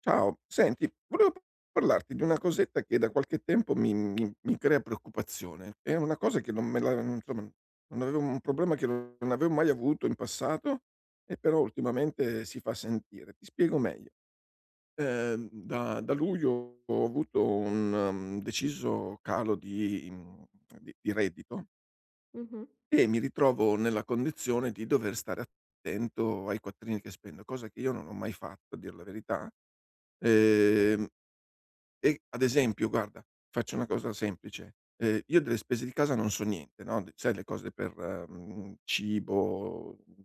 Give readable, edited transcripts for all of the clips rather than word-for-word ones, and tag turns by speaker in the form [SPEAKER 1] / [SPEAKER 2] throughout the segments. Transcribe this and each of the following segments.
[SPEAKER 1] Ciao, senti, volevo parlarti di una cosetta che da qualche tempo mi crea preoccupazione. È una cosa che non me la insomma, non avevo un problema che non avevo mai avuto in passato e però ultimamente si fa sentire. Ti spiego meglio. Da luglio ho avuto un, deciso calo di mhmm, di reddito,
[SPEAKER 2] Mh-mh,
[SPEAKER 1] e mi ritrovo nella condizione di dover stare attento ai quattrini che spendo, cosa che io non ho mai fatto, a dir la verità. Ehm e ad esempio, guarda, faccio una cosa semplice: io delle spese di casa non so niente, no, d sai, le cose per, cibo,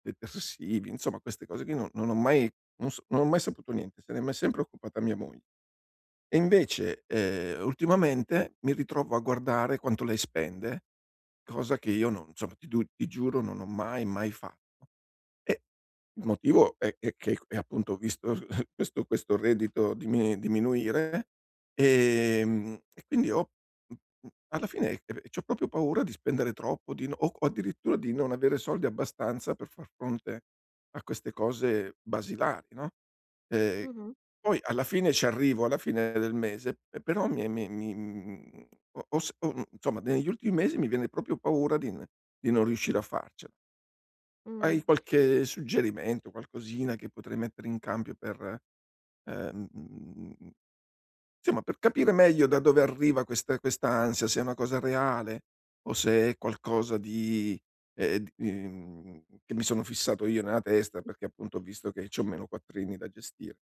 [SPEAKER 1] detersivi, insomma queste cose qui non ho mai, non ho mai saputo niente, se ne è mai sempre occupata mia moglie. E invece, ultimamente mi ritrovo a guardare quanto lei spende, cosa che io non, insomma, ti giuro, non ho mai, mai fatto. Eh, il motivo è che è appunto, ho visto questo reddito diminuire, e quindi ho mh, alla fine, c'ho proprio paura di spendere troppo, di no, o addirittura di non avere soldi abbastanza per far fronte a queste cose basilari, no, ehm,
[SPEAKER 2] mh-mh,
[SPEAKER 1] poi alla fine ci arrivo, alla fine del mese, pe però, ho ho s ho, mhmm, insomma, negli ultimi mesi mi viene proprio paura di non riuscire a farcela.
[SPEAKER 2] mh.
[SPEAKER 1] Hai qualche suggerimento, qualcosina che potrei mettere in cambio per, ehm, mhmm, insomma, per capire meglio da dove arriva questa ansia, se è una cosa reale o se è qualcosa di, che mi sono fissato io nella testa, perché appunto ho visto che c'ho meno quattrini da gestire.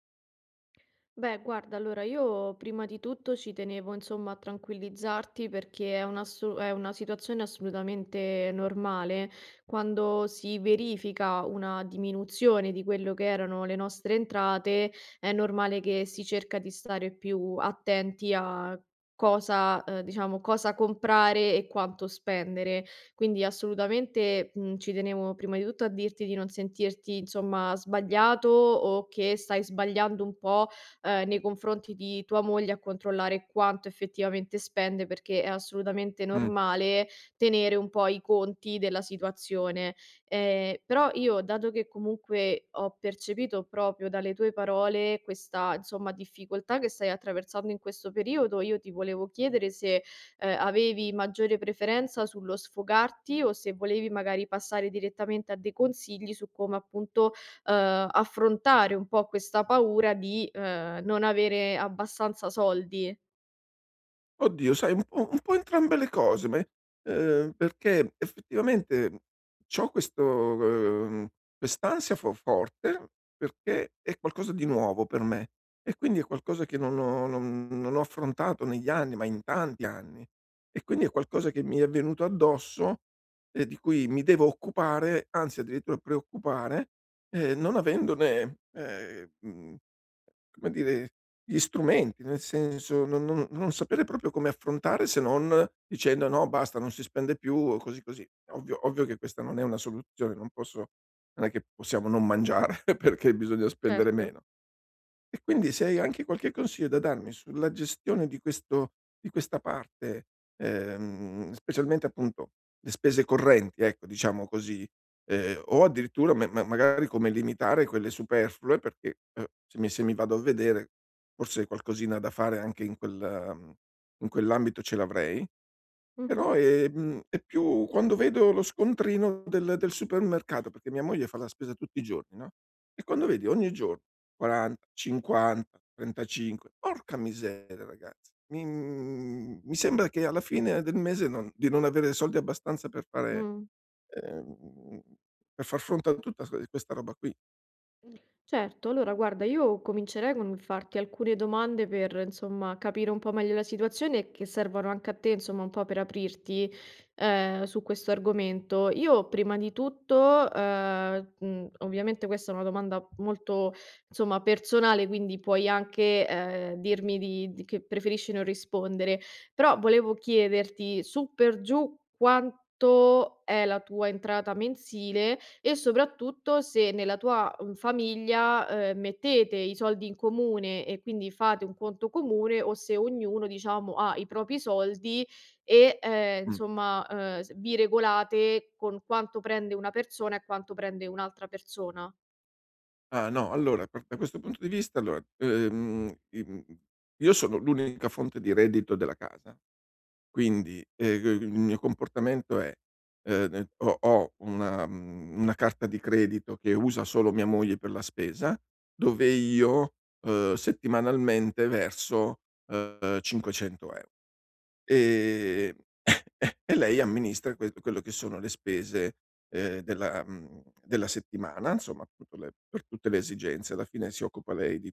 [SPEAKER 2] Beh, guarda, allora io prima di tutto ci tenevo insomma a tranquillizzarti perché è una, è una situazione assolutamente normale. Quando si verifica una diminuzione di quello che erano le nostre entrate, è normale che si cerca di stare più attenti a cosa, diciamo, cosa comprare e quanto spendere. Quindi assolutamente ci tenevo prima di tutto a dirti di non sentirti insomma sbagliato o che stai sbagliando un po' nei confronti di tua moglie a controllare quanto effettivamente spende, perché è assolutamente
[SPEAKER 1] Mh.
[SPEAKER 2] normale tenere un po' i conti della situazione. Però io, dato che comunque ho percepito proprio dalle tue parole questa, insomma, difficoltà che stai attraversando in questo periodo, io ti volevo chiedere se, avevi maggiore preferenza sullo sfogarti o se volevi magari passare direttamente a dei consigli su come appunto affrontare un po' questa paura di, non avere abbastanza soldi.
[SPEAKER 1] Oddio, sai, un po' entrambe le cose, ma, perché effettivamente c'ho questo, quest'ansia fo forte, perché è qualcosa di nuovo per me, e quindi è qualcosa che non ho affrontato negli anni, ma in tanti anni. E quindi è qualcosa che mi è venuto addosso, e di cui mi devo occupare, anzi addirittura preoccupare, non avendone, mhmm come dire, gli strumenti, nel senso non sapere proprio come affrontare, se non dicendo: "No, basta, non si spende più", o così, così. Ovvio ovvio che questa non è una soluzione, non è che possiamo non mangiare perché bisogna spendere
[SPEAKER 2] Certo.
[SPEAKER 1] meno. E quindi, se hai anche qualche consiglio da darmi sulla gestione di questa parte, specialmente appunto le spese correnti, ecco, diciamo così, o addirittura, me ma magari come limitare quelle superflue, perché, se mi vado a vedere, forse qualcosina da fare anche in quell'ambito ce l'avrei.
[SPEAKER 2] Mh-mh.
[SPEAKER 1] Però è, è più quando vedo lo scontrino del supermercato, perché mia moglie fa la spesa tutti i giorni, no, e quando vedi ogni giorno 40, 50, 35, porca miseria ragazzi, mi sembra che alla fine del mese, non di non avere soldi abbastanza per fare
[SPEAKER 2] Mh.
[SPEAKER 1] ehm, per far fronte a tutta s questa roba qui.
[SPEAKER 2] Certo, allora guarda, io comincerei con farti alcune domande per, insomma, capire un po' meglio la situazione e che servono anche a te, insomma, un po' per aprirti su questo argomento. Io prima di tutto, ovviamente questa è una domanda molto, insomma, personale, quindi puoi anche dirmi che preferisci non rispondere, però volevo chiederti su per giù quanto è la tua entrata mensile e soprattutto se nella tua, famiglia, mettete i soldi in comune e quindi fate un conto comune o se ognuno diciamo ha i propri soldi e,
[SPEAKER 1] Mh.
[SPEAKER 2] insomma, s vi regolate con quanto prende una persona e quanto prende un'altra persona.
[SPEAKER 1] Ah, no, allora, per da questo punto di vista, allora, io sono l'unica fonte di reddito della casa. Quindi, g il mio comportamento è, n ho una carta di credito che usa solo mia moglie per la spesa, dove io, settimanalmente verso, 500 €. E e lei amministra quello che sono le spese, della settimana, insomma appunto le per tutte le esigenze. Alla fine, si occupa lei di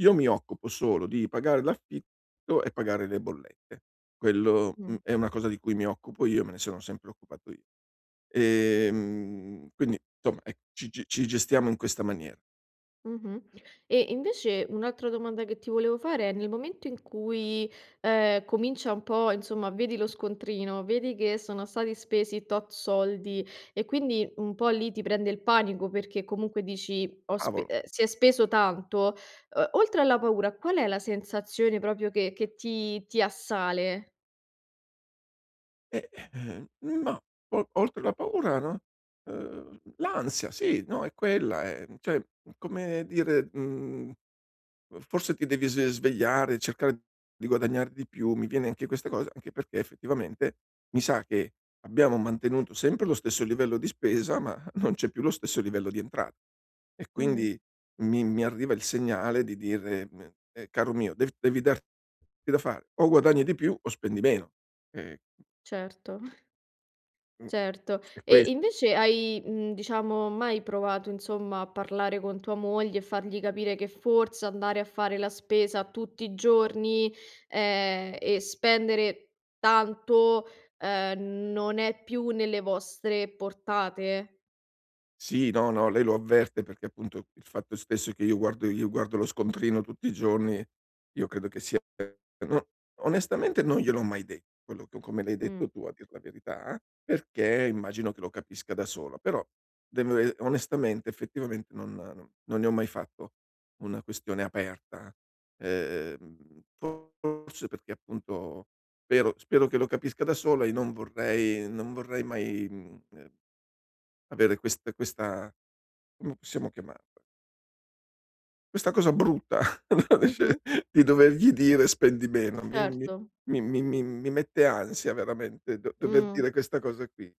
[SPEAKER 1] io mi occupo solo di pagare l'affitto e pagare le bollette. Quello,
[SPEAKER 2] Mh.
[SPEAKER 1] è una cosa di cui mi occupo io, me ne sono sempre occupato io. Quindi insomma, ecco, ci gestiamo in questa maniera.
[SPEAKER 2] Mh-mh. E invece un'altra domanda che ti volevo fare è nel momento in cui, comincia un po' insomma vedi lo scontrino, vedi che sono stati spesi tot soldi e quindi un po' lì ti prende il panico perché comunque dici: "Ho spe
[SPEAKER 1] Cavolo.
[SPEAKER 2] Si è speso tanto", oltre alla paura qual è la sensazione proprio che che ti assale?
[SPEAKER 1] eh, ehm, ma o oltre la paura, no, l'ansia sì, no, è quella, cioè, come dire, mhmm forse ti devi s svegliare, cercare di guadagnare di più. Mi viene anche questa cosa, anche perché effettivamente mi sa che abbiamo mantenuto sempre lo stesso livello di spesa, ma non c'è più lo stesso livello di entrata. E
[SPEAKER 2] Mh,
[SPEAKER 1] quindi mi arriva il segnale di dire: Caro mio, devi darti da fare, o guadagni di più o spendi meno". Ehm,
[SPEAKER 2] certo.
[SPEAKER 1] mh,
[SPEAKER 2] Certo.
[SPEAKER 1] è
[SPEAKER 2] E
[SPEAKER 1] ques
[SPEAKER 2] invece hai, mhmm, diciamo, mai provato, insomma, a parlare con tua moglie e fargli capire che forse andare a fare la spesa tutti i giorni, e spendere tanto, non è più nelle vostre portate?
[SPEAKER 1] Sì, no, no, lei lo avverte, perché appunto il fatto stesso che io guardo lo scontrino tutti i giorni, io credo che sia, no, onestamente non gliel'ho mai detto, quello che come l'hai
[SPEAKER 2] Mh.
[SPEAKER 1] detto tu, a dir la verità, perché immagino che lo capisca da sola, però, devo e onestamente, effettivamente non ne ho mai fatto una questione aperta. Forse perché appunto spero che lo capisca da sola, e non vorrei mai, avere questa, come possiamo chiamarla, questa cosa brutta
[SPEAKER 2] Mh-mh.
[SPEAKER 1] di dovergli dire: "Spendi meno". mi mi
[SPEAKER 2] Certo.
[SPEAKER 1] mi mi mi mi mette ansia veramente, do dover
[SPEAKER 2] Mh.
[SPEAKER 1] dire questa cosa qui.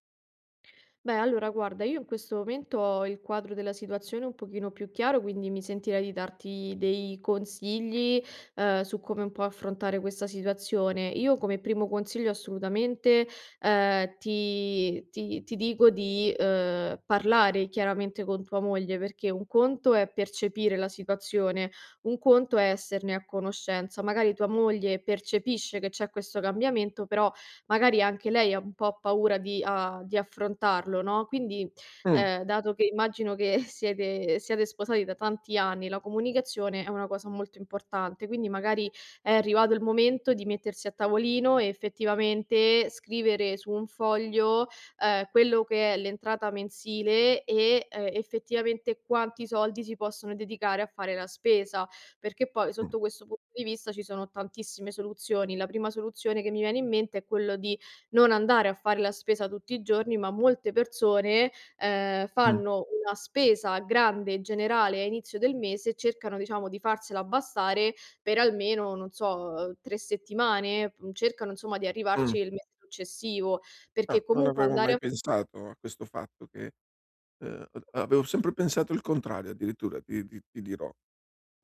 [SPEAKER 2] Beh, allora guarda, io in questo momento ho il quadro della situazione un pochino più chiaro, quindi mi sentirei di darti dei consigli, su come un po' affrontare questa situazione. Io come primo consiglio assolutamente, ti dico di, parlare chiaramente con tua moglie, perché un conto è percepire la situazione, un conto è esserne a conoscenza. Magari tua moglie percepisce che c'è questo cambiamento, però magari anche lei ha un po' paura di affrontarlo, no, quindi,
[SPEAKER 1] Mh,
[SPEAKER 2] dato che immagino che siete siate sposati da tanti anni, la comunicazione è una cosa molto importante, quindi magari è arrivato il momento di mettersi a tavolino e effettivamente scrivere su un foglio, quello che è l'entrata mensile e, effettivamente quanti soldi si possono dedicare a fare la spesa, perché poi
[SPEAKER 1] mh,
[SPEAKER 2] sotto questo punto di vista ci sono tantissime soluzioni. La prima soluzione che mi viene in mente è quello di non andare a fare la spesa tutti i giorni, ma molte persone,
[SPEAKER 1] mh,
[SPEAKER 2] fanno una spesa grande e generale a inizio del mese e cercano diciamo di farsela bastare per almeno, non so, 3 settimane, mhmm, cercano insomma di
[SPEAKER 1] mh.
[SPEAKER 2] arrivarci il mese successivo,
[SPEAKER 1] Ah,
[SPEAKER 2] perché
[SPEAKER 1] non
[SPEAKER 2] comunque
[SPEAKER 1] avevo
[SPEAKER 2] andare
[SPEAKER 1] mai
[SPEAKER 2] a...
[SPEAKER 1] pensato a questo fatto, che ad avevo sempre pensato il contrario, addirittura, ti ti dirò.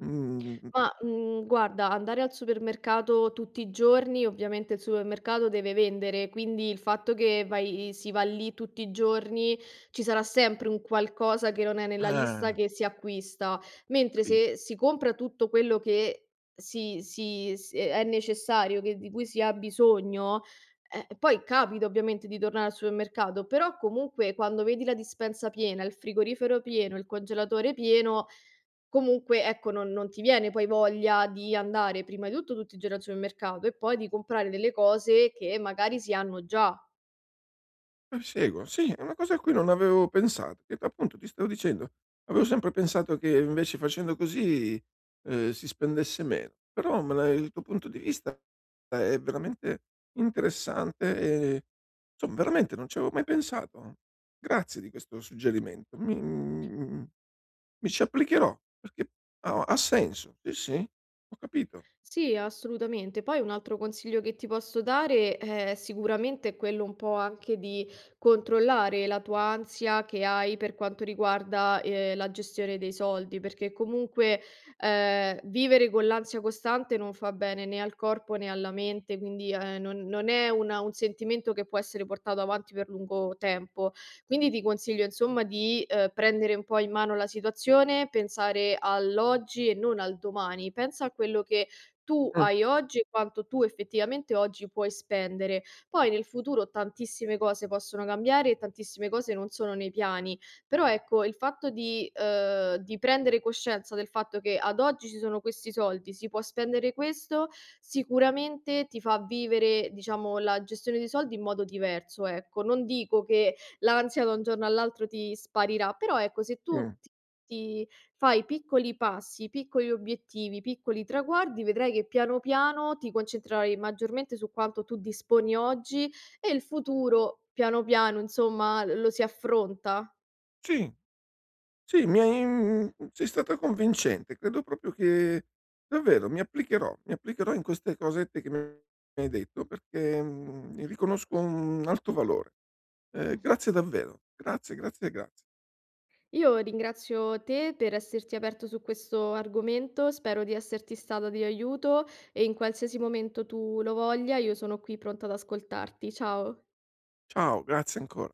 [SPEAKER 1] Mh.
[SPEAKER 2] Ma, mhmm, guarda, andare al supermercato tutti i giorni, ovviamente il supermercato deve vendere, quindi il fatto che vai si va lì tutti i giorni, ci sarà sempre un qualcosa che non è nella lista
[SPEAKER 1] Ah.
[SPEAKER 2] che si acquista, mentre
[SPEAKER 1] capi
[SPEAKER 2] se si compra tutto quello che si si s è necessario, che di cui si ha bisogno, poi capita ovviamente di tornare al supermercato, però comunque quando vedi la dispensa piena, il frigorifero pieno, il congelatore pieno... Comunque ecco, non ti viene poi voglia di andare prima di tutto tutti i giorni al supermercato e poi di comprare delle cose che magari si hanno già.
[SPEAKER 1] Proseguo. Sì, è una cosa a cui non avevo pensato, che appunto ti stavo dicendo, avevo sempre pensato che invece facendo così, si spendesse meno, però, me l'hai il tuo punto di vista è veramente interessante, e, insomma, veramente non ci avevo mai pensato. Grazie di questo suggerimento. Mi ci applicherò, perché ha senso. Sì, sì, ho capito.
[SPEAKER 2] Sì, assolutamente. Poi un altro consiglio che ti posso dare è sicuramente quello un po' anche di controllare la tua ansia che hai per quanto riguarda la gestione dei soldi, perché comunque vivere con l'ansia costante non fa bene né al corpo né alla mente, quindi non è un sentimento che può essere portato avanti per lungo tempo. Quindi ti consiglio insomma di prendere un po' in mano la situazione, pensare all'oggi e non al domani. Pensa a quello che tu
[SPEAKER 1] Mh,
[SPEAKER 2] hai oggi e quanto tu effettivamente oggi puoi spendere. Poi nel futuro tantissime cose possono cambiare e tantissime cose non sono nei piani, però ecco il fatto di prendere coscienza del fatto che ad oggi ci sono questi soldi, si può spendere questo, sicuramente ti fa vivere, diciamo, la gestione dei soldi in modo diverso, ecco. Non dico che l'ansia da un giorno all'altro ti sparirà, però ecco se tu
[SPEAKER 1] mh.
[SPEAKER 2] ti fai piccoli passi, piccoli obiettivi, piccoli traguardi, vedrai che piano piano ti concentrerai maggiormente su quanto tu disponi oggi e il futuro piano piano, insomma, lo si affronta.
[SPEAKER 1] Sì. Sì, sei stata convincente. Credo proprio che davvero mi applicherò in queste cosette che mi hai detto, perché, ne riconosco un alto valore. Grazie davvero. Grazie, grazie, grazie.
[SPEAKER 2] Io ringrazio te per esserti aperto su questo argomento, spero di esserti stata di aiuto e in qualsiasi momento tu lo voglia, io sono qui pronta ad ascoltarti. Ciao.
[SPEAKER 1] Ciao, grazie ancora.